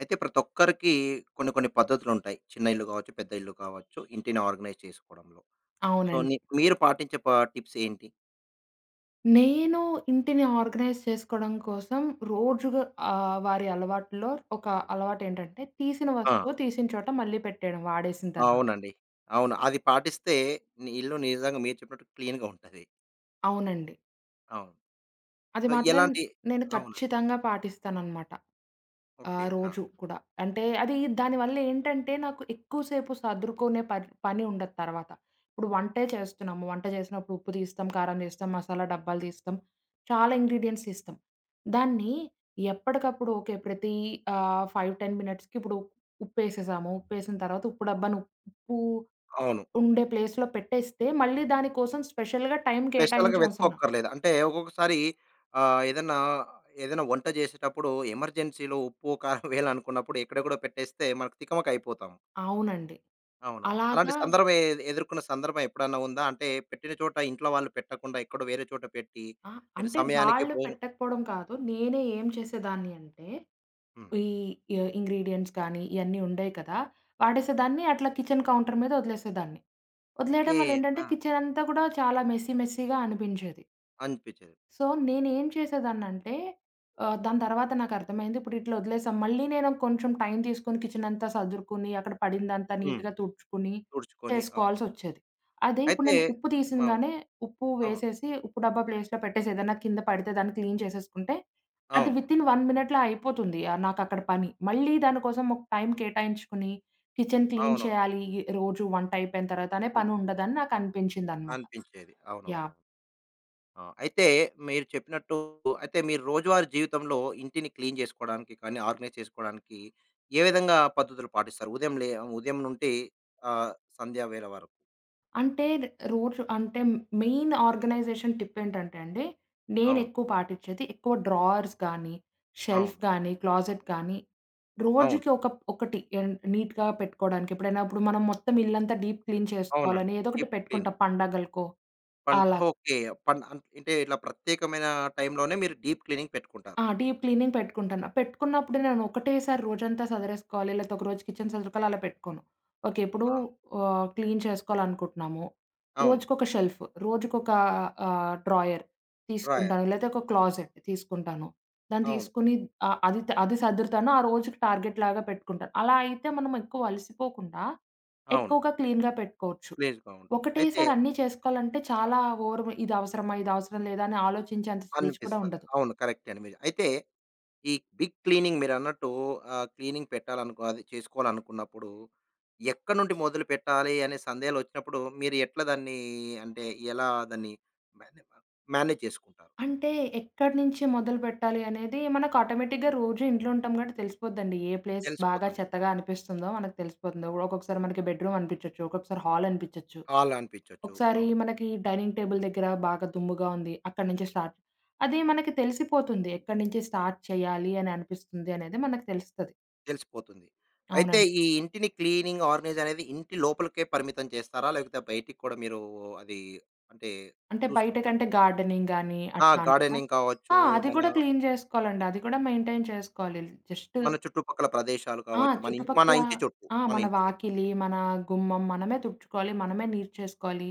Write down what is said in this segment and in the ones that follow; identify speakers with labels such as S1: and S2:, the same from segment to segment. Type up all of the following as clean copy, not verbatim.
S1: అయితే ప్రతి ఒక్కరికి కొన్ని కొన్ని పద్ధతులుంటాయి. చిన్న ఇల్లు కావచ్చు, పెద్ద ఇల్లు కావచ్చు, ఇంటిని ఆర్గనైజ్ చేసుకోవడంలో. సో,
S2: అవునండి.
S1: ని మీరు పాటించే టిప్స్ ఏంటి?
S2: నేను ఇంటిని ఆర్గనైజ్ చేసుకోవడం కోసం రోజుగా వారి అలవాటులో ఒక అలవాటేంటంటే, తీసిన
S1: ఆ!
S2: వస్తువు తీసిన చోట మళ్ళీ పెట్టేయడం వాడేసిన తర్వాత.
S1: అవునండి. అవును. అది పాటిస్తే నీ ఇల్లు నిజంగా మీరు చెప్పినట్టు క్లీన్‌గా ఉంటది.
S2: అవునండి.
S1: అవును.
S2: అది
S1: సో,
S2: మాత్రం
S1: ఎలాంటి
S2: నేను
S1: అవునండి.
S2: ఖచ్చితంగా పాటిస్తాననమాట. ఆ!
S1: ఓకే. ఆ!
S2: రోజు కూడా. అంటే అది దానివల్ల ఏంటంటే నాకు ఎక్కువ సేపు సర్దుకునే పని పని ఉండదు తర్వాత. ఇప్పుడు వంటే చేస్తున్నాము. వంట చేసినప్పుడు ఉప్పు తీస్తాం, కారం తీస్తాం, మసాలా డబ్బాలు తీస్తాం. చాలా ఇంగ్రీడియెంట్స్ తీస్తాం. దాన్ని ఎప్పటికప్పుడు ఓకే. ప్రతి 5, 10 మినిట్స్‌కి ఇప్పుడు ఉప్పేసేసాము. ఉప్పేసిన తర్వాత ఉప్పు డబ్బాను ఉప్పు
S1: అవును.
S2: ఉండే ప్లేస్‌లో పెట్టేస్తే మళ్ళీ దాని కోసం స్పెషల్‌గా టైం
S1: స్పెషల్‌గా
S2: కేటాయించవసరం
S1: వెతుక్కోక్కర్లేదు. అంటే ఒక్కొక్కసారి ఏదన్నా, ఏదైనా వంట చేసేటప్పుడు ఎమర్జెన్సీలో ఉప్పు, కారం వేయాలనుకున్నప్పుడు ఎక్కడెక్కడో పెట్టేస్తే మనకు తికమక అయిపోతాం.
S2: అవునండి.
S1: అవునవును. అలాంటి
S2: అలాగా
S1: సందర్భం ఎదుర్కొన్న సందర్భం ఎప్పుడన్నా ఉందా? అంటే పెట్టిన చోట ఇంట్లో వాళ్ళు పెట్టకుండా ఎక్కడో వేరే చోట పెట్టి,
S2: ఆ!
S1: మీరు
S2: అంటే
S1: సమయానికి
S2: వాళ్ళు
S1: భోజనం
S2: పెట్టకపోవడం కాదు. నేనే ఏం చేసేదాన్ని అంటే,
S1: హ్మ్.
S2: ఈ ఎ ఇంగ్రీడియెంట్స్ కానీ, ఇయన్నీ ఉండేయి కదా! వాడేసేదాన్ని అట్లా కిచెన్ కౌంటర్ మీద వదిలేసేదాన్ని.
S1: ఓకే.
S2: వదిలేయడం వల్ల
S1: ఆ!
S2: ఏంటంటే, కిచెన్ అంతా కూడా చాలా మెస్సీగా అనిపించేది.
S1: అనిపించేది.
S2: సో, నేనేం చేసేదాన్నంటే దాని తర్వాత నాకర్థమైంది. ఇప్పుడు ఇట్లా వదిలేసాం. మళ్ళీ నేను కొంచెం టైం తీసుకొని కిచెనంతా సదురుకుని, అక్కడ పడిందంతా
S1: హ్మ్.
S2: నీట్‌గా తుడుచుకుని
S1: తుడుచుకొని అవును.
S2: చేసుకోవాల్సొచ్చేది. అదే ఇప్పుడు
S1: అయితే
S2: నేను ఉప్పు
S1: అవును.
S2: తీసింగానే ఉప్పు
S1: అవును.
S2: వేసేసి, ఉప్పు డబ్బా ప్లేస్‌లో పెట్టేసి ఏదైనా కింద పడితే దాన్ని క్లీన్ చేసేసుకుంటే, అది
S1: అవునవును.
S2: వితిన్ 1 మినిట్‌లో అయిపోతుంది నాకక్కడ పని. మళ్ళీ దానికోసం ఒక టైం కేటాయించుకుని, కిచెన్ క్లీన్
S1: అవునవును.
S2: చేయాలి ఈ రోజు వంట అయిపోయిన తర్వాత అనే పని ఉండదని నాకు అనిపించిందనమాట.
S1: అనిపించేది.
S2: యాహ్!
S1: అవునవునవును. ఆ! అయితే మీరు చెప్పినట్టు అయితే మీరు రోజువారీ జీవితంలో ఇంటిని క్లీన్ చేసుకోవడానికి కానీ, ఆర్గనైజ్ చేసుకోవడానికి ఏ విధంగా పద్ధతులు పాటిస్తారు? ఉదయం నుండి ఆహ్, సంధ్యా వేళ వరకు.
S2: అంటే రోజు అంటే మెయిన్ ఆర్గనైజేషన్ టిప్ ఏంటంటే అండి,
S1: అవును.
S2: నేనెక్కువ పాటిచ్చేది ఎక్కువ డ్రావర్స్ గానీ, షెల్ఫ్
S1: అవును.
S2: గానీ, క్లోజెట్ గానీ
S1: అవును.
S2: రోజుకి ఒక ఒకటి ఎన్ నీట్‌గా పెట్టుకోవడానికి. ఎప్పుడైనా ఇప్పుడు మనం మొత్తం ఇల్లంతా డీప్ క్లీన్
S1: అవునండి.
S2: చేసుకోవాలని ఏదో ఒకటి
S1: డీప్ క్లీన్.
S2: పెట్టుకుంటాం పండగలకో అలా.
S1: ఓకే. పన్ అన్ అంటే ఇట్లా ప్రత్యేకమైన టైంలోనే మీరు డీప్ క్లీనింగ్ పెట్టుకుంటారు.
S2: ఆ! డీప్ క్లీనింగ్ పెట్టుకుంటాను. పెట్టుకున్నప్పుడు నేను ఒకటేసారి రోజంతా సదరేసుకోవాలి, లేకపోతే ఒకరోజు కిచెన్ సదురుకోవాలి అలా పెట్టుకోను. ఓకే. ఇప్పుడు
S1: ఆ!
S2: క్లీన్ చేసుకోవాలనుకుంటున్నాము.
S1: అవును.
S2: రోజుకొక షెల్ఫ్, రోజుకొక డ్రాయర్
S1: డ్రాయర్.
S2: తీసుకుంటాను. లేతే ఒక క్లాజెట్ తీసుకుంటాను. దాన్ని
S1: అవును.
S2: తీసుకొని అది అది సర్దుతాను. ఆ రోజుకి టార్గెట్ లాగా పెట్టుకుంటాను. అలా అయితే మనం ఎక్కువ అలసిపోకుండా
S1: అవును.
S2: ఎక్కువగా క్లీన్‌గా పెట్టుకోవచ్చు.
S1: ప్లేస్‌గా ఉంటుంది. అయితే
S2: ఒకటేసారి అన్నీ చేసుకోవాలంటే చాలా ఓవర్ ఇది అవసరమా? ఇది అవసరం లేదా? అని ఆలోచించేంత స్టేజ్ కూడా
S1: అనిపిస్తది.
S2: ఉండదు.
S1: అవును. కరెక్టే అండి మీరు. అయితే ఈ బిగ్ క్లీనింగ్ మీరన్నట్టు క్లీనింగ్ పెట్టాలనుకో అది చేసుకోవాలనుకున్నప్పుడు ఎక్కడి నుండి మొదలు పెట్టాలి అనే సందేహాలొచ్చినప్పుడు మీరు ఎట్లా దాన్ని అంటే ఎలా దాన్ని మేనే మేనేజ్ చేసుకుంటారు?
S2: అంటే ఎక్కడి నుంచి మొదలుపెట్టాలి అనేది మనకు ఆటోమేటిక్‌గా రోజు ఇంట్లో ఉంటాం కాబట్టి తెలిసిపోద్దండి. ఏ ప్లేస్ బాగా
S1: తెలిసిపోతుంది.
S2: చెత్తగా అనిపిస్తుందో మనకు తెలిసిపోతుంది. ఒక్కొక్కసారి మనకి బెడ్‌రూమ్ అనిపించొచ్చు. ఒక్కొక్కసారి హాల్ అనిపించొచ్చు.
S1: హాల్ అనిపించొచ్చు.
S2: ఒకసారి
S1: అవును.
S2: మనకి డైనింగ్ టేబుల్ దగ్గర బాగా దుమ్ముగా ఉంది. అక్కడి నుంచి స్టార్ట్ అది మనకి తెలిసిపోతుంది. ఎక్కడి నుంచి స్టార్ట్ చేయాలి అని అనిపిస్తుంది అనేది మనకు తెలుస్తది.
S1: తెలిసిపోతుంది. అయితే
S2: అవునండి.
S1: ఈ ఇంటిని క్లీనింగ్, ఆర్గనైజ్ అనేది ఇంటి లోపలికే పరిమితం చేస్తారా? లేకపోతే బయటికి కూడా మీరు అది అంటే
S2: అంటే బయట
S1: చూసుకుంటారు.
S2: కంటే గార్డెనింగ్ గాని
S1: ఆ!
S2: అట్లా అంటారా?
S1: గార్డెనింగ్ కావచ్చు,
S2: ఆ! అది
S1: మన
S2: కూడా క్లీన్ చేసుకోవాలండి. అది కూడా మెయింటైన్ చేసుకోవాలి. జస్ట్
S1: మన చుట్టుపక్కల ప్రదేశాలు
S2: ఆ!
S1: కావచ్చు,
S2: చుట్టుపక్కల ఆ!
S1: మన
S2: మన
S1: ఇంటి చుట్టూ.
S2: వాకిలి, మన గుమ్మం మనమే తుడుచుకోవాలి. మనమే నీట్ చేసుకోవాలి.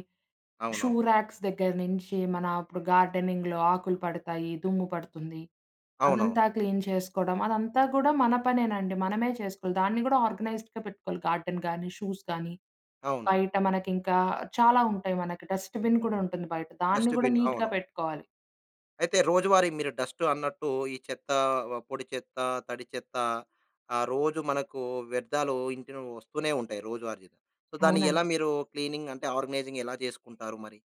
S2: షూ
S1: అవునవును.
S2: రాక్స్ దగ్గర నుంచి మన ఇప్పుడు గార్డెనింగ్‌లో ఆకులు పడతాయి, దుమ్ము పడుతుంది. అదంతా
S1: అవునవును.
S2: క్లీన్ చేసుకోవడం అదంతా గూడా మన పనేనండి. మనమే చేసుకోవాలి. దాన్ని గూడా ఆర్గనైజ్డ్‌గా పెట్టుకోవాలి. గార్డెన్ గానీ, షూస్ గానీ,
S1: అవును.
S2: బయట మనకింకా చాలా ఉంటాయి మనకి. డస్ట్‌బిన్ కూడా ఉంటుంది బయట. దాన్ని గూడా
S1: డస్ట్‌బిన్
S2: నీట్‌గా
S1: అవును.
S2: పెట్టుకోవాలి.
S1: అయితే రోజువారీ మీరు డస్ట్ అన్నట్టు ఈ చెత్త, పొడి చెత్త, తడి చెత్త రోజు మనకు వ్యర్థాలు ఇంటిని వస్తూనే ఉంటాయి రోజువారీగా. సో, దాన్ని ఎలా
S2: అవునండి.
S1: మీరు క్లీనింగ్ అంటే ఆర్గనైజింగ్ ఎలా చేసుకుంటారు మరి?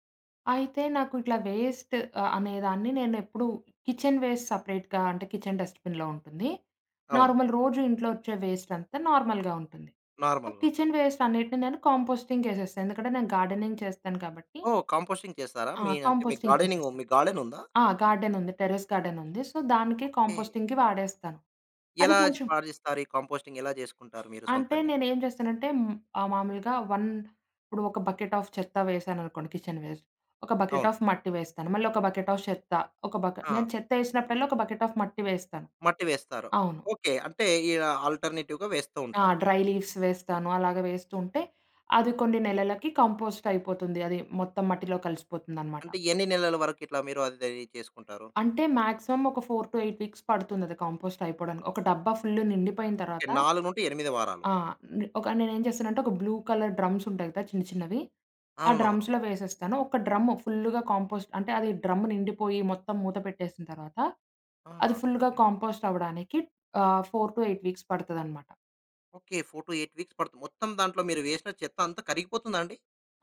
S2: అయితే నాకు ఇట్లా వేస్ట్ అనేదాన్ని నేనెప్పుడు కిచెన్ వేస్ట్ సెపరేట్‌గా అంటే కిచెన్ డస్ట్‌బిన్‌లో ఉంటుంది.
S1: అవును.
S2: నార్మల్ రోజు ఇంట్లో వచ్చే వేస్ట్ అంతా నార్మల్‌గా ఉంటుంది. సో,
S1: నార్మల్‌గా
S2: కిచెన్
S1: ఉంటుంది.
S2: వేస్ట్ అన్నిటిని నేను కంపోస్టింగ్‌కేసేస్తాను. ఎందుకంటే నేను గార్డెనింగ్ చేస్తాను కాబట్టి
S1: ఓహ్! కంపోస్టింగ్ చేస్తారా?
S2: ఆ!
S1: మీ అంటే మీ
S2: కంపోస్టింగ్
S1: గార్డెనింగ్
S2: చేసేస్తా.
S1: మీ గార్డెన్ ఉందా?
S2: ఆ! గార్డెన్ ఉంది. టెర్రస్ గార్డెన్ ఉంది. సో, దానికి
S1: ఓకే.
S2: కంపోస్టింగ్‌కి వాడేస్తాను. అది
S1: ఎలా
S2: కొంచెం
S1: పాటిస్తారు? ఈ కంపోస్టింగ్ ఎలా చేసుకుంటారు మీరు
S2: అంటే
S1: సొంతంగా?
S2: నేనేం చేస్తానంటే మామూలుగా 1 ఇప్పుడు ఒక బకెట్ ఆఫ్ చెత్త వేశాననుకోండి కిచెన్ వేస్ట్. ఒక బకెట్
S1: అవును.
S2: ఆఫ్ మట్టి వేస్తాను. మళ్ళీ ఒక బకెట్ ఆఫ్ చెత్త. ఒక బకె
S1: ఆ!
S2: నేను చెత్త ఏసినప్పుడల్లా ఒక బకెట్ ఆఫ్ మట్టి వేస్తాను.
S1: మట్టి వేస్తారు.
S2: అవును.
S1: ఓకే. అంటే ఇలా ఆల్టర్‌నేటివ్‌గా వేస్తూ
S2: ఆ!
S1: ఉంటారు.
S2: డ్రై లీవ్స్ వేస్తాను. అలాగా వేస్తూ ఉంటే అది కొన్ని నెలలకి కంపోస్ట్ అయిపోతుంది. అది మొత్తం మట్టిలో కలిసిపోతుందనమాట.
S1: అంటే ఎన్ని నెలల వరకు ఇట్లా మీరు అది చేసుకుంటారు?
S2: అంటే మాక్సిమం ఒక 4-8 వీక్స్ పడుతుందది కంపోస్ట్ అయిపోవడానికి. ఒక డబ్బా ఫుల్ నిండిపోయిన
S1: ఓకే.
S2: తర్వాత
S1: 4-8 వారాలు.
S2: ఆ! న్ ఒక నేనేం చేస్తానంటే ఒక బ్లూ కలర్ డ్రమ్స్ ఉంటాయి కదా! చిన్న చిన్నవి. ఆ
S1: అవునవును.
S2: డ్రమ్స్‌లో వేసేస్తాను. ఒక డ్రమ్ ఫుల్‌గా కాంపోస్ట్ అంటే అది డ్రమ్ నిండిపోయి మొత్తం మూత పెట్టేసిన తర్వాత, అది
S1: ఆ!
S2: ఫుల్‌గా కాంపోస్ట్ అవ్వడానికి 4-8 వీక్స్ పడతదనమాట.
S1: ఓకే. 4-8 వీక్స్ పడుతుంది. మొత్తం దాంట్లో మీరు వేసిన చెత్త అంతా కరిగిపోతుందా అండి?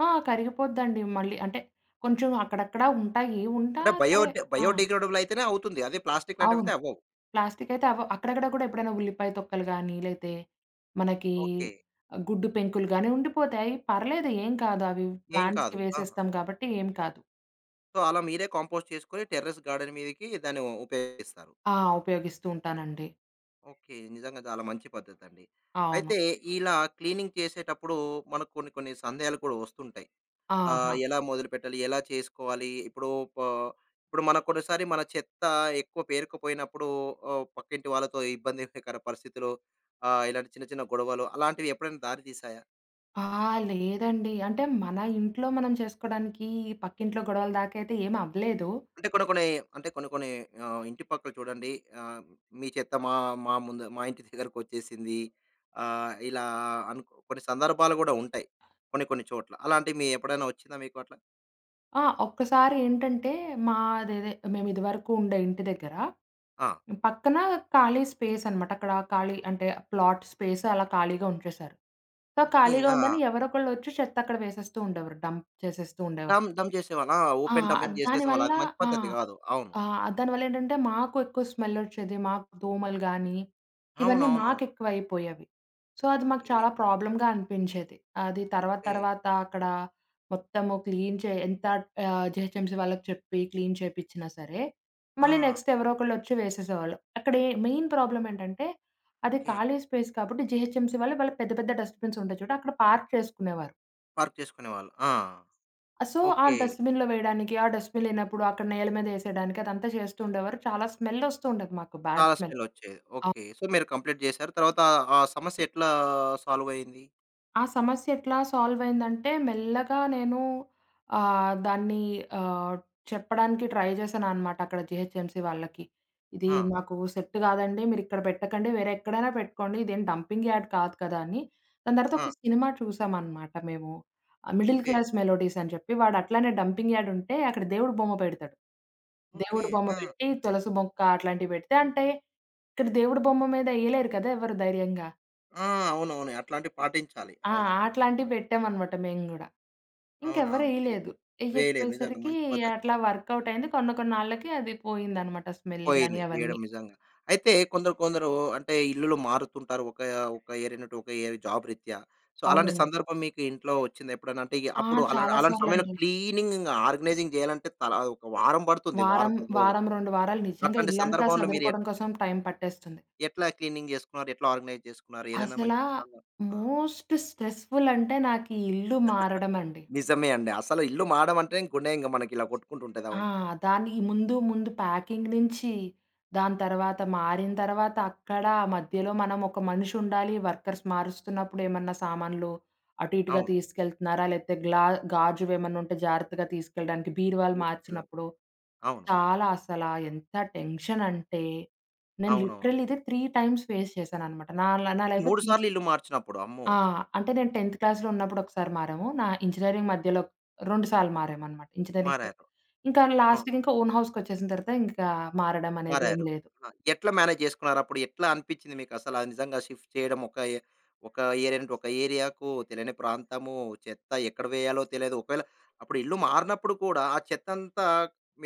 S2: ఆ! కరిగిపోద్దండి మళ్ళీ. అంటే కొంచెం అక్కడక్కడ ఉంటాయి. ఉంటా
S1: అంటే బయో
S2: సరే ఆ!
S1: బయోడిగ్రేడబుల్ అయితేనే అవుతుంది. అదే ప్లాస్టిక్
S2: అవును.
S1: లాంటివైతే అవ్వవు.
S2: ప్లాస్టిక్ అయితే అవ అక్కడక్కడ కూడా ఎప్పుడైనా ఉల్లిపాయ తొక్కలు గానీ, లేతే మనకి
S1: ఓకే.
S2: గుడ్డు పెంకులు గానీ ఉండిపోతాయి. పర్లేదు ఏం కాదు. అవి
S1: ఏం
S2: ప్లాంట్స్‌కి
S1: కాదు. ఆహా!
S2: వేసేస్తాం కాబట్టి ఏం కాదు.
S1: సో, అలా మీరే కాంపోస్ట్ చేసుకొని టెర్రస్ గార్డెన్ మీదకి దాన్ని ఉపయోగిస్తారు.
S2: ఆ! ఉపయోగిస్తూ ఉంటానండి.
S1: ఓకే. నిజంగా చాలా మంచి పద్ధతండి.
S2: అవును.
S1: అయితే ఇలా క్లీనింగ్ చేసేటప్పుడు మనకు కొన్ని కొన్ని సందేహాలు కూడా వస్తుంటాయి.
S2: ఆహా!
S1: ఎలా మొదలుపెట్టాలి? ఎలా చేసుకోవాలి? ఇప్పుడు ప ఇప్పుడు మనకు కొన్నిసారి మన చెత్త ఎక్కువ పేరుకుపోయినప్పుడు పక్కింటి వాళ్ళతో ఇబ్బందికర పరిస్థితులు ఇలాంటి చిన్న చిన్న గొడవలు అలాంటివి ఎప్పుడైనా దారి తీసాయా?
S2: ఆ! లేదండి. అంటే మన ఇంట్లో మనం చేసుకోవడానికి పక్కింట్లో గొడవల దాకా అయితే ఏమి అవ్వలేదు.
S1: అంటే కొన్ని కొన్ని అంటే కొన్ని కొన్ని ఇంటి పక్కల చూడండి ఆహ్, మీ చెత్త మా మా ముందు మా ఇంటి దగ్గరకొచ్చేసింది. ఇలా అనుకో కొన్ని సందర్భాలు గూడా ఉంటాయి. కొన్ని కొన్ని చోట్ల. అలాంటివి మీ ఎప్పుడైనా వచ్చిందా మీకు అట్లా?
S2: ఆ! ఒక్కసారి ఏంటంటే మాదేదే మేము ఇదివరకు ఉండే ఇంటి దగ్గర
S1: ఆ!
S2: పక్కన ఖాళీ స్పేస్ అనమాట. అక్కడ ఖాళీ అంటే ప్లాట్ స్పేస్ అలా ఖాళీగా ఉంచేశారు. So,
S1: okay.
S2: ఖాళీగా
S1: ఆ!
S2: ఉందని ఎవరో ఒకళ్ళు వచ్చి చెత్త అక్కడ వేసేస్తూ ఉండేవారు. డంప్ చేసేస్తూ ఉండేవారు.
S1: డంప్ చేసేవాళ్ళు. ఆ!
S2: ఆ!
S1: ఓపెన్ డంపింగ్ చేసేసేవాళ్ళు.
S2: దానివల్ల
S1: అది మంచి
S2: ఆ!
S1: పద్ధతి కాదు. అవును.
S2: ఆ! దానివల్లేంటంటే, మాకు ఎక్కువ స్మెల్లొచ్చేది. మాకు దోమలు గానీ, ఇవన్నీ
S1: అవునవునవును.
S2: మాకెక్కువయిపోయేవి. సో, అది మాకు
S1: ఓకే.
S2: చాలా ప్రాబ్లమ్‌గా అనిపించేది. అది తర్వాత
S1: ఓకే.
S2: తర్వాత అక్కడ మొత్తము క్లీన్ చే ఎంత జీహెచ్ఎంసీ వాళ్ళకి చెప్పి క్లీన్ చేపిచ్చినా సరే,
S1: ఆ!
S2: మళ్ళీ నెక్స్ట్ ఎవరో ఒకళ్ళొచ్చి వేసేసేవాళ్ళు. అక్కడ ఏ మెయిన్ ప్రాబ్లమేంటంటే, అది
S1: ఓకే.
S2: ఖాళీ స్పేస్ కాబట్టి జీహెచ్ఎంసీ వాళ్ళు వాళ్ళ పెద్ద పెద్ద డస్ట్‌బిన్స్ ఉంటాయి చూడు, అక్కడ పార్క్ చేసుకునేవారు.
S1: పార్క్ చేసుకునేవాళ్ళు. ఆ!
S2: సో, ఆ
S1: ఓకే.
S2: డస్ట్‌బిన్‌లో వేయడానికి, ఆ డస్ట్‌బిన్ లేనప్పుడు అక్కడ నేల మీద ఏసేయడానికి అదంతా చేస్తూ ఉండేవారు. చాలా స్మెల్ ఒస్తూ ఉండేది మాకు. బ్యాడ్
S1: చాలా
S2: స్మెల్.
S1: స్మెల్లొచ్చేది. ఓకే. సో, మీరు కంప్లీట్ చేశారు. తర్వాత ఆ సమస్య ఎట్లా సాల్వ్ అయింది?
S2: ఆ సమస్య ఎట్లా సాల్వ్ అయిందంటే మెల్లగా నేను దాన్ని ఆహ్, చెప్పడానికి ట్రై చేశాననమాట అక్కడ జీహెచ్ఎంసీ వాళ్ళకి. "ఇది
S1: ఆ!
S2: మాకు సెట్ కాదండి. మీరిక్కడ పెట్టకండి. వేరే ఎక్కడైనా పెట్టుకోండి. ఇదేం డంపింగ్ యార్డ్ కాదు కదా!" అని. దాని తర్వాత
S1: ఆ!
S2: ఒక సినిమా చూసామనమాట మేము. 'Middle
S1: okay.
S2: క్లాస్ మెలోడీస్' అని చెప్పి. వాడు అట్లానే డంపింగ్ యార్డ్ ఉంటే అక్కడ దేవుడి బొమ్మ పెడతాడు.
S1: ఓకే.
S2: దేవుడి బొమ్మ
S1: ఆ!
S2: పెట్టి, తులసి మొక్క అట్లాంటివి పెడితే అంటే ఇక్కడ దేవుడి బొమ్మ మీద ఎయలేరు కదా! ఎవరు ధైర్యంగా.
S1: ఆ! అవునవును. అట్లాంటివి పాటించాలి.
S2: ఆ!
S1: అవును.
S2: అట్లాంటివి పెట్టామనమాట మేము గూడా. ఇంకెవ్వరు
S1: అవునవును. తెలీదు.
S2: ఎయలేదు.
S1: వేయలేరు. నిజంగా
S2: ఎయ్యకపోయేసరికి
S1: మంచి పద్ధతి.
S2: అట్లా వర్కౌట్ అయింది. కొన్ని కొన్నాళ్ళకి అది పోయిందనమాట స్మెల్ గాని
S1: పోయింది. వేయడం
S2: అవన్నీ.
S1: నిజంగా. అయితే కొందరు కొందరు అంటే ఇల్లులు మారుతుంటారు. ఒక ఒక ఏరియా నుండి ఒక ఏరియా జాబ్ రీత్యా. సో, అలాంటి
S2: అవునండి.
S1: సందర్భం మీకు ఇంట్లో వచ్చిందా ఎప్పుడైనా? అంటే ఇక
S2: ఆ!
S1: అప్పుడు అలా
S2: చాలా
S1: అలాంటి సమయంలో
S2: సార్లండి.
S1: క్లీనింగ్, ఆర్గనైజింగ్ చేయాలంటే తలా ఒక వారం పడుతుంది.
S2: వారం,
S1: వారం, 10 రోజులు.
S2: వారం 2 వారాలు నిజంగా
S1: అట్లాంటి
S2: ఇల్లంతా
S1: సందర్భంలో మీరు
S2: సదురుకోవడం కోసం టైం పట్టేస్తుంది.
S1: ఎట్లా క్లీనింగ్ చేసుకున్నారు? ఎట్లా ఆర్గనైజ్ చేసుకున్నారు? ఏదైనా
S2: అసలా
S1: మంచి సంద ఆ!
S2: మోస్ట్ స్ట్రెస్‌ఫుల్ అంటే నాకు ఈ ఇల్లు మారడం అండి.
S1: నిజమే అండి. అసలు ఇల్లు మారడం అంటే గుండె ఇంక మనకిలా కొట్టుకుంటుంటది.
S2: ఆ!
S1: అవును.
S2: దాన్ని ముందు ముందు ప్యాకింగ్ నుంచి, దాని తర్వాత మారిన తర్వాత అక్కడ మధ్యలో మనం ఒక మనిషి ఉండాలి. వర్కర్స్ మారుస్తున్నప్పుడు ఏమన్నా సామాన్లు అటు ఇటుగా
S1: అవును.
S2: తీసుకెళ్తున్నారా? లేకపోతే గ్లా గాజువేమన్నా ఉంటే జాగ్రత్తగా తీసుకెళ్ళడానికి బీరువాలు
S1: తీసుకెళ్ళాం.
S2: మార్చినప్పుడు
S1: అవును.
S2: చాలా అసలా ఎంత టెన్షన్ అంటే, నేను
S1: అవునవును.
S2: లిటరల్లీ ఇదే 3 టైమ్స్ ఫేస్ చేశాననమాట. నా లైఫ్‌లో
S1: 3
S2: 3
S1: సార్లు ఇల్లు మార్చినప్పుడు అమ్మో!
S2: ఆ! అంటే నేను 10థ్ క్లాస్‌లో ఉన్నప్పుడు ఒకసారి మారాము. నా ఇంజినీరింగ్ మధ్యలో 2 సార్లు మారామనమాట. ఇంజినీరింగ్
S1: మారారు.
S2: ఇంకా
S1: అవును.
S2: లాస్ట్‌కి ఇంకా ఓన్ హౌస్‌కొచ్చేసిన తర్వాత ఇంకా మారడం అనేది ఏం
S1: మారారు.
S2: లేదు.
S1: ఆ! ఎట్లా మేనేజ్ చేసుకున్నారప్పుడు? ఎట్లా అనిపిచ్చింది మీకసల నిజంగా షిఫ్ట్ చేయడం ఒక ఏరియా నుండి ఒక ఏరియాకు, తెలియని ప్రాంతము, చెత్త ఎక్కడ వేయాలో తెలియదు. ఒకవేళ అప్పుడు ఇల్లు మారినప్పుడు కూడా ఆ చెత్తంతా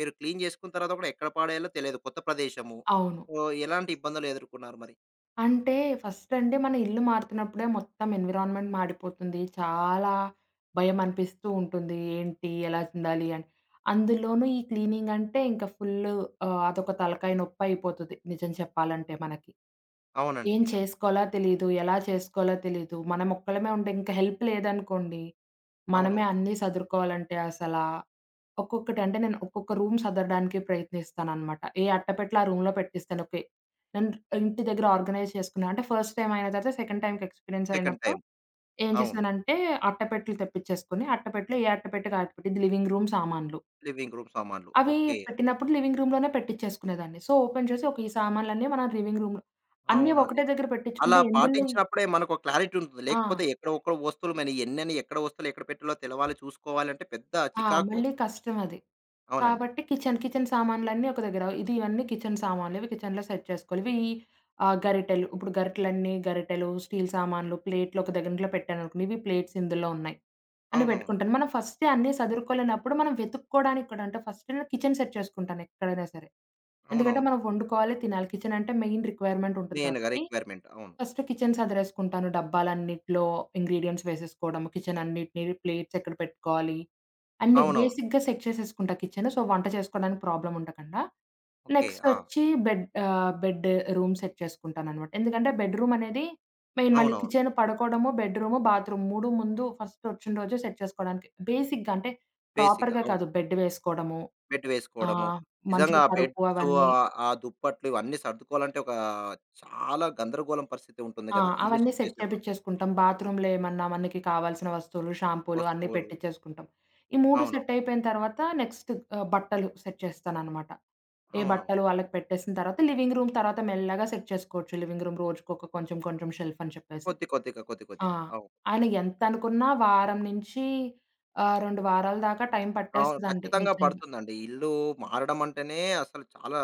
S1: మీరు క్లీన్ చేసుకున్న తర్వాత కూడా ఎక్కడ పడేయాలో తెలియదు. కొత్త ప్రదేశము.
S2: అవును.
S1: సో, ఎలాంటి ఇబ్బందులు ఎదుర్కొన్నారు మరి?
S2: అంటే ఫస్ట్ అంటే మన ఇల్లు మారుతున్నప్పుడే మొత్తం ఎన్విరాన్మెంట్ మాడిపోతుంది. చాలా భయం అనిపిస్తూ ఉంటుంది. ఏంటి? ఎలా ఉండాలి? అని. అందులోనూ ఈ క్లీనింగ్ అంటే ఇంకా ఫుల్ అదొక తలకాయ నొప్పి అయిపోతది నిజం చెప్పాలంటే మనకి.
S1: అవునండి.
S2: ఏం
S1: నిజమే.
S2: చేసుకోవాలో తెలీదు. ఎలా చేసుకోవాలో తెలీదు. మనం ఒక్కళమే ఉంటే ఇంక హెల్ప్ లేదనుకోండి. మనమే
S1: అవునవును.
S2: అన్నీ సదురుకోవాలంటే అసలా ఒక్కొక్కటి అంటే నేను ఒక్కొక్క రూమ్ సదరడానికి ప్రయత్నిస్తాననమాట. ఏ అట్టపెట్టెలు ఆ రూమ్‌లో పెట్టిస్తాను. ఓకే. నేను ఇంటి దగ్గర
S1: హ్మ్.
S2: ఆర్గనైజ్ చేసుకున్నా. అంటే ఫస్ట్ టైమ్ అయిన తర్వాత సెకండ్ టైమ్‌కి ఎక్స్‌పీరియన్స్
S1: సెకండ్
S2: అయినప్పుడు
S1: టైమ్.
S2: ఏం
S1: అవును.
S2: చేశానంటే అట్టపెట్టెలు తెప్పిచ్చేసుకొని అట్టపెట్టెలో ఏ అట్టపెట్టెకి ఆ అట్టపెట్టె ఇది లివింగ్ రూమ్ సామాన్లు.
S1: లివింగ్ రూమ్ సామాన్లు.
S2: అవి
S1: ఓకే.
S2: పెట్టినప్పుడు లివింగ్ రూమ్‌లోనే పెట్టిచ్చేసుకునేదాన్ని. సో, ఓపెన్ చేసి ఒక ఈ సామాన్లన్నీ మన లివింగ్ రూమ్‌లో అన్నీ
S1: అవునండి.
S2: ఒకటే దగ్గర
S1: అలా
S2: పెట్టించుకుంటే ఎందులో
S1: పాటించినప్పుడే మనకో క్లారిటీ ఉంటుంది. లేకపోతే
S2: ఆ!
S1: ఎక్కడో ఒక్కో వస్తువులు మరి ఎన్నని ఎక్కడ వస్తువులు ఎక్కడ పెట్టాలో తెలవాలి, చూసుకోవాలంటే పెద్ద
S2: ఆ!
S1: చికాకు అది.
S2: మళ్ళీ కష్టం అది.
S1: అవునండి.
S2: కాబట్టి కిచెన్, కిచెన్ సామాన్లన్నీ ఒక దగ్గర. ఇది ఇవన్నీ కిచెన్ సామాన్లు. ఇవి కిచెన్‌లో సెట్ చేసుకోవాలి. ఇవి గరిటెలు. ఇప్పుడు గరిటెలు, స్టీల్ సామాన్లు, ప్లేట్లు ఒక దగ్గర ఇంట్లో పెట్టాననుకోండి. ఇవి ప్లేట్స్ ఇందులో ఉన్నాయి అని
S1: అవునవును.
S2: పెట్టుకుంటాను. మనం ఫస్టే అన్నీ సదురుకోలేనప్పుడు మనం వెతుక్కోవడానికి కూడా అంటే ఫస్ట్ నేను కిచెన్ సెట్ చేసుకుంటాను ఎక్కడైనా సరే. ఎందుకంటే
S1: అవునవును.
S2: మనం వండుకోవాలి, తినాలి. కిచెన్ అంటే మెయిన్ రిక్వైర్మెంట్ ఉంటది
S1: మెయిన్‌గా
S2: కాబట్టి
S1: రిక్వైర్మెంట్. అవును.
S2: ఫస్ట్ కిచెన్ సదిరేసుకుంటాను. డబ్బాలన్నిట్లో ఇంగ్రీడియెంట్స్ వేసేసుకోవడం, కిచెన్ అన్నిటిని ప్లేట్స్ ఎక్కడ పెట్టుకోవాలి. అన్నీ
S1: అవునవును.
S2: బేసిక్‌గా సెట్ చేసేసుకుంటా కిచెను. సో, వంట చేసుకోవడానికి ప్రాబ్లమ్ ఉండకుండా.
S1: ఓకే. ఆ!
S2: నెక్స్టొచ్చి బెడ్ బెడ్ రూమ్ సెట్ చేసుకుంటాననమాట. ఎందుకంటే బెడ్‌రూమ్ అనేది మెయిన్ మళ్ళీ
S1: అవునవును.
S2: కిచెను, పడుకోవడము, బెడ్‌రూము, బాత్రూమ్ 3 ముందు ఫస్ట్ వచ్చిన రోజే సెట్ చేసుకోవడానికి. బేసిక్‌గా అంటే
S1: బేసిక్‌గా
S2: ప్రాపర్‌గా
S1: అవును.
S2: కాదు బెడ్ వేసుకోవడము,
S1: బెడ్ వేసుకోవడము.
S2: ఆహ్,
S1: నిజంగా
S2: మంచిగా
S1: ఆ
S2: పరుపు
S1: బెడ్సు
S2: అవన్నీ
S1: ఆ దుప్పట్లు ఇవన్నీ సర్దుకోవాలంటే ఒక చాలా గందరగోళం పరిస్థితి ఉంటుంది
S2: ఆ!
S1: గదా! ఇల్లు
S2: అవన్నీ
S1: షిఫ్ట్
S2: సెట్
S1: చేసినప్పుడు.
S2: చేపిచ్చేసుకుంటాం. బాత్రూమ్‌లో ఏమన్నా మనకి కావాల్సిన వస్తువులు, షాంపూలు అన్నీ
S1: వస్తువులు.
S2: పెట్టిచ్చేసుకుంటాం. ఈ 3
S1: అవును.
S2: సెట్ అయిపోయిన తర్వాత నెక్స్ట్ బట్టలు సెట్ చేస్తాననమాట. ఏ
S1: అవునవును.
S2: బట్టలు వాళ్ళకి పెట్టేసిన తర్వాత లివింగ్ రూమ్ తర్వాత మెల్లగా సెట్ చేసుకోవచ్చు. లివింగ్ రూమ్ రోజుకొక కొంచెం కొంచెం షెల్ఫ్ అని చెప్పేసి.
S1: కొద్ది కొద్దిగా, కొద్ది
S2: ఆ!
S1: కొద్దిగా. అవును.
S2: ఆయన ఎంతనుకున్నా వారం నుంచి 2 వారాల దాకా టైం
S1: అవును.
S2: పట్టేస్తదండి
S1: ఖచ్చితంగా
S2: నిజంగా.
S1: పడుతుందండి. ఇల్లు మారడం అంటేనే అసలు చాలా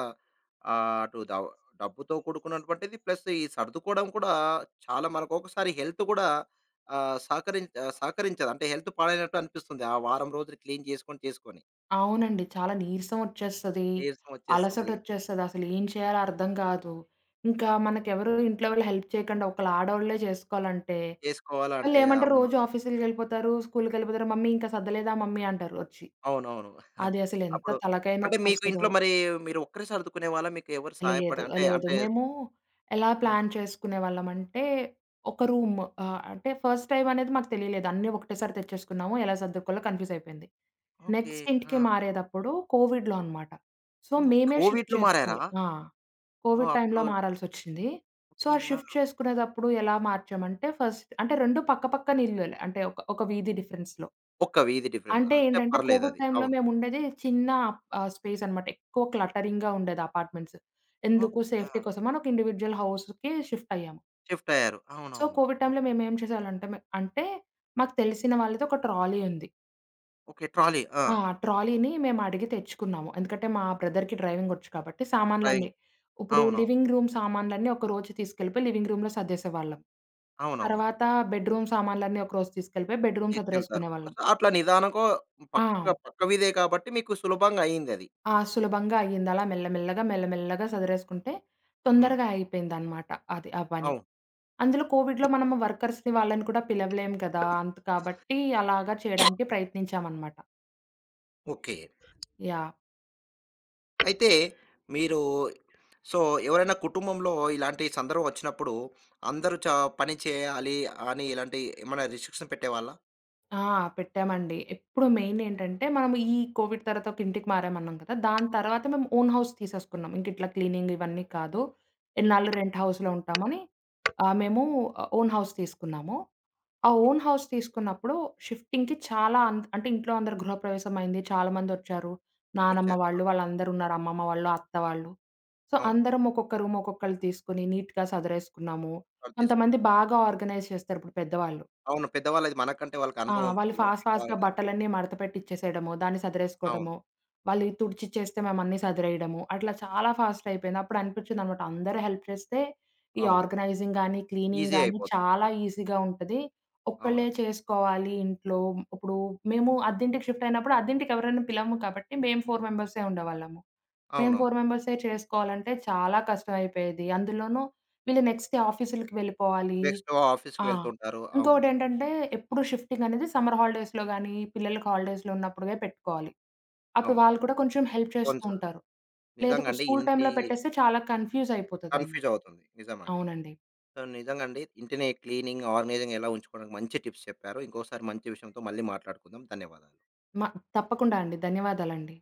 S1: అటు డబ్బుతో కూడుకున్నటువంటిది. ప్లస్ ఈ సర్దుకోవడం కూడా చాలా మనకు ఒక్కొక్కసారి హెల్త్ కూడా సహకరించదు. అంటే హెల్త్ పాడైనట్టు అనిపిస్తుంది. ఆ వారం రోజులు క్లీన్ చేసుకొని, చేసుకొని.
S2: అవునండి. చాలా నీరసం వచ్చేస్తది.
S1: నీరసం వచ్చేస్తుంది.
S2: అలసటొచ్చేస్తది. అసలు ఏం చేయాలో అర్థం కాదు. ఇంకా మనకెవరు ఇంట్లో వాళ్ళు హెల్ప్ చేయకుండా ఒకళ్ళ ఆడోళ్ళే చేసుకోవాలంటే
S1: చేసుకోవాలంటే
S2: వాళ్ళేమంటారు
S1: అవును.
S2: రోజు ఆఫీసులకెళ్ళిపోతారు, స్కూలుకెళ్ళిపోతారు. మమ్మీ ఇంకా సర్దలేదా మమ్మీ అంటారు వచ్చి.
S1: అవునవును.
S2: అది అసలెంత
S1: అప్పుడు
S2: తలకాయ
S1: అంటే మీకు
S2: నొప్పొస్తదో.
S1: ఇంట్లో మరి మీరు ఒక్కరే సర్దుకునేవాళ్ళా? మీకు ఎవరు సహాయపడి
S2: లేదు.
S1: అంటే
S2: లేదు.
S1: అంటే
S2: మేము ఎలా
S1: ఆ!
S2: ప్లాన్ చేసుకునేవాళ్ళమంటే, ఒక రూమ్ అంటే ఫస్ట్ టైమ్ అనేది మాకు తెలియలేదు. అన్నీ ఒకటేసారి తెచ్చేసుకున్నాము. ఎలా సర్దుకోవాలో కన్‌ఫ్యూజ్ అయిపోయింది.
S1: ఓకే.
S2: నెక్స్ట్
S1: ఆ!
S2: ఇంటికి మారేటప్పుడు కోవిడ్‌లో అన్నమాట. సో,
S1: ఓహ్!
S2: మేమే షిఫ్ట్
S1: కోవిడ్‌లో మారారా?
S2: చేసుకోవాలి. ఆ!
S1: ఓహ్!
S2: కోవిడ్ టైమ్‌లో
S1: అప్పుడు
S2: మారాల్సొచ్చింది. So,
S1: okay.
S2: ఆ
S1: ఆ!
S2: షిఫ్ట్ చేసుకునేటప్పుడు ఎలా మార్చామంటే ఫస్ట్ అంటే 2 పక్కన ఇల్లులే. అంటే ఒక ఒక వీధి డిఫరెన్స్‌లో.
S1: ఒక్క వీధి డిఫరెన్స్.
S2: అంటే
S1: అంటే
S2: ఏంటంటే, కోవిడ్
S1: పర్లేదది.
S2: టైమ్‌లో
S1: అవును.
S2: మేముండేది చిన్న స్పేస్ అన్నమాట. ఎక్కువ క్లటరింగ్‌గా ఉండేది అపార్ట్‌మెంట్స్.
S1: ఓకే.
S2: ఎందుకు
S1: ఆ!
S2: సేఫ్టీ కోసమని ఒక ఇండివిడ్యువల్ హౌస్‌కి షిఫ్ట్ అయ్యాము.
S1: షిఫ్ట్ అయ్యారు.
S2: సో,
S1: అవునవును.
S2: కోవిడ్
S1: హ్మ్.
S2: టైమ్‌లో మేమేం చేసేవాళ్ళంటే మే అంటే మాకు తెలిసిన వాళ్ళది ఒక ట్రాలీ ఉంది.
S1: ఓకే. ట్రాలీ. ఆ!
S2: ఆ! ట్రాలీని మేము అడిగి తెచ్చుకున్నాము. ఎందుకంటే, మా బ్రదర్‌కి డ్రైవింగ్ వచ్చు కాబట్టి
S1: డ్రైవింగ్.
S2: సామాన్లన్నీ. ఇప్పుడు
S1: అవునవును.
S2: లివింగ్ రూమ్ సామాన్లన్నీ ఒకరోజు తీసుకెళ్ళిపోయి లివింగ్ రూమ్‌లో సర్దేసేవాళ్ళం.
S1: అవునవును.
S2: తర్వాత బెడ్‌రూమ్ సామాన్లన్నీ ఒకరోజు తీసుకెళ్ళిపోయి బెడ్‌రూమ్
S1: తీసుకెళ్తారు.
S2: సదిరేసుకునేవాళ్ళం.
S1: సో, అట్లా నిదానంగా
S2: ఆ!
S1: పక్క పక్క వీధే కాబట్టి మీకు సులభంగా అయిందది.
S2: ఆ! సులభంగా అయ్యింది. అలా మెల్లమెల్లగా, మెల్లమెల్లగా సదిరేసుకుంటే
S1: హ్మ్.
S2: తొందరగా అయిపోయిందనమాట అది ఆ పని.
S1: అవును.
S2: అందులో కోవిడ్‌లో మనము వర్కర్స్‌ని వాళ్ళని కూడా పిలవలేం కదా! అంత కాబట్టి అలాగా చేయడానికి ప్రయత్నించామనమాట.
S1: ఓకే.
S2: యాహ్!
S1: అయితే మీరు సో, ఎవరైనా కుటుంబంలో ఇలాంటి సందర్భం వచ్చినప్పుడు అందరూ చ పని చేయాలి అని ఇలాంటి ఏమైనా రిస్ట్రిక్షన్ పెట్టేవాళ్ళా?
S2: ఆ! పెట్టామండి. ఎప్పుడు మెయిన్ ఏంటంటే, మనం ఈ కోవిడ్ తర్వాత ఒక ఇంటికి మారామన్నాం కదా! దాని తర్వాత మేము ఓన్ హౌస్ తీసేసుకున్నాం. ఇంక ఇట్లా క్లీనింగ్ ఇవన్నీ కాదు. ఎన్నాళ్ళు రెంట్ హౌస్‌లో ఉంటామని మేము ఓన్ హౌస్ తీసుకున్నాము. ఆ
S1: ఓకే.
S2: ఓన్ హౌస్ తీసుకున్నప్పుడు షిఫ్టింగ్‌కి చాలా అంత్ అంటే ఇంట్లో అందరు గృహప్రవేశం అయింది. చాలా మందొచ్చారు. నానమ్మ
S1: వచ్చారు.
S2: వాళ్ళు,
S1: అవును.
S2: వాళ్ళందరూ ఉన్నారు. అమ్మమ్మ వాళ్ళు, అత్త వాళ్ళు. సో,
S1: అవును.
S2: అందరం ఒక్కొక్క రూమ్ ఒక్కొక్కళ్ళు తీసుకొని నీట్‌గా సదరేసుకున్నాము.
S1: వాళ్ళు
S2: కొంతమంది
S1: తీసుకున్నారు.
S2: బాగా ఆర్గనైజ్ చేస్తారు ఇప్పుడు పెద్దవాళ్ళు.
S1: అవును. పెద్దవాళ్ళది మనకంటే వాళ్ళకి
S2: ఆ!
S1: అనుభవం
S2: వాళ్ళు
S1: ఉంటుంది
S2: ఫాస్ట్‌గా
S1: కాబట్టి
S2: బట్టలన్నీ మడత పెట్టి ఇచ్చేసేయడము, దాన్ని
S1: అవును.
S2: సదిరేసుకోవడము, వాళ్ళు తుడిచిచ్చేస్తే మేమన్నీ సదిరేయడము. అట్లా చాలా ఫాస్ట్ అయిపోయింది. అప్పుడు అనిపించిందనమాట అందరూ హెల్ప్ చేస్తే ఈ
S1: అవును.
S2: ఆర్గనైజింగ్ గానీ, క్లీనింగ్
S1: ఈజీ
S2: గానీ
S1: అయిపోతుంది.
S2: చాలా ఈజీగా ఉంటది. ఒక్కళ్ళే
S1: అవునండి.
S2: చేసుకోవాలి ఇంట్లో. ఇప్పుడు మేము అద్దింటికి షిఫ్ట్ అయినప్పుడు అద్దింటికి ఎవరైనా పిలవము కాబట్టి మేము 4 మెంబర్సే ఉండేవాళ్ళము. మేము
S1: అవునవును.
S2: 4 మెంబర్సే చేసుకోవాలంటే చాలా కష్టం అయిపోయేది. అందులోనూ వీళ్ళు నెక్స్ట్ డే ఆఫీసులకి వెళ్ళిపోవాలి.
S1: నెక్స్ట్ ఆఫీస్‌కి
S2: ఆ!
S1: వెళ్తుంటారు. అవును.
S2: ఇంకోటేంటంటే, ఎప్పుడు షిఫ్టింగ్ అనేది సమ్మర్ హాలిడేస్‌లో గానీ, పిల్లలకి హాలిడేస్‌లో ఉన్నప్పుడే పెట్టుకోవాలి. అప్పుడు
S1: అవును.
S2: వాళ్ళు కూడా కొంచెం హెల్ప్ చేస్తూ
S1: కొంచెం
S2: ఉంటారు. లేదు కు
S1: నిజంగండి
S2: స్కూల్
S1: ఇంటి
S2: టైమ్‌లో పెట్టేస్తే చాలా కన్‌ఫ్యూజ్
S1: కన్‌ఫ్యూజ్
S2: అయిపోతదనమాట.
S1: అవుతుంది. నిజమండి.
S2: అవునండి.
S1: సో, నిజంగండి ఇంటిని క్లీనింగ్, ఆర్గనైజింగ్ ఎలా ఉంచుకోవడానికి మంచి టిప్స్ చెప్పారు. ఇంకోసారి మంచి విషయంతో మళ్ళీ మాట్లాడుకుందాం. ధన్యవాదాలు.
S2: మ తప్పకుండా అండి. ధన్యవాదాలండి.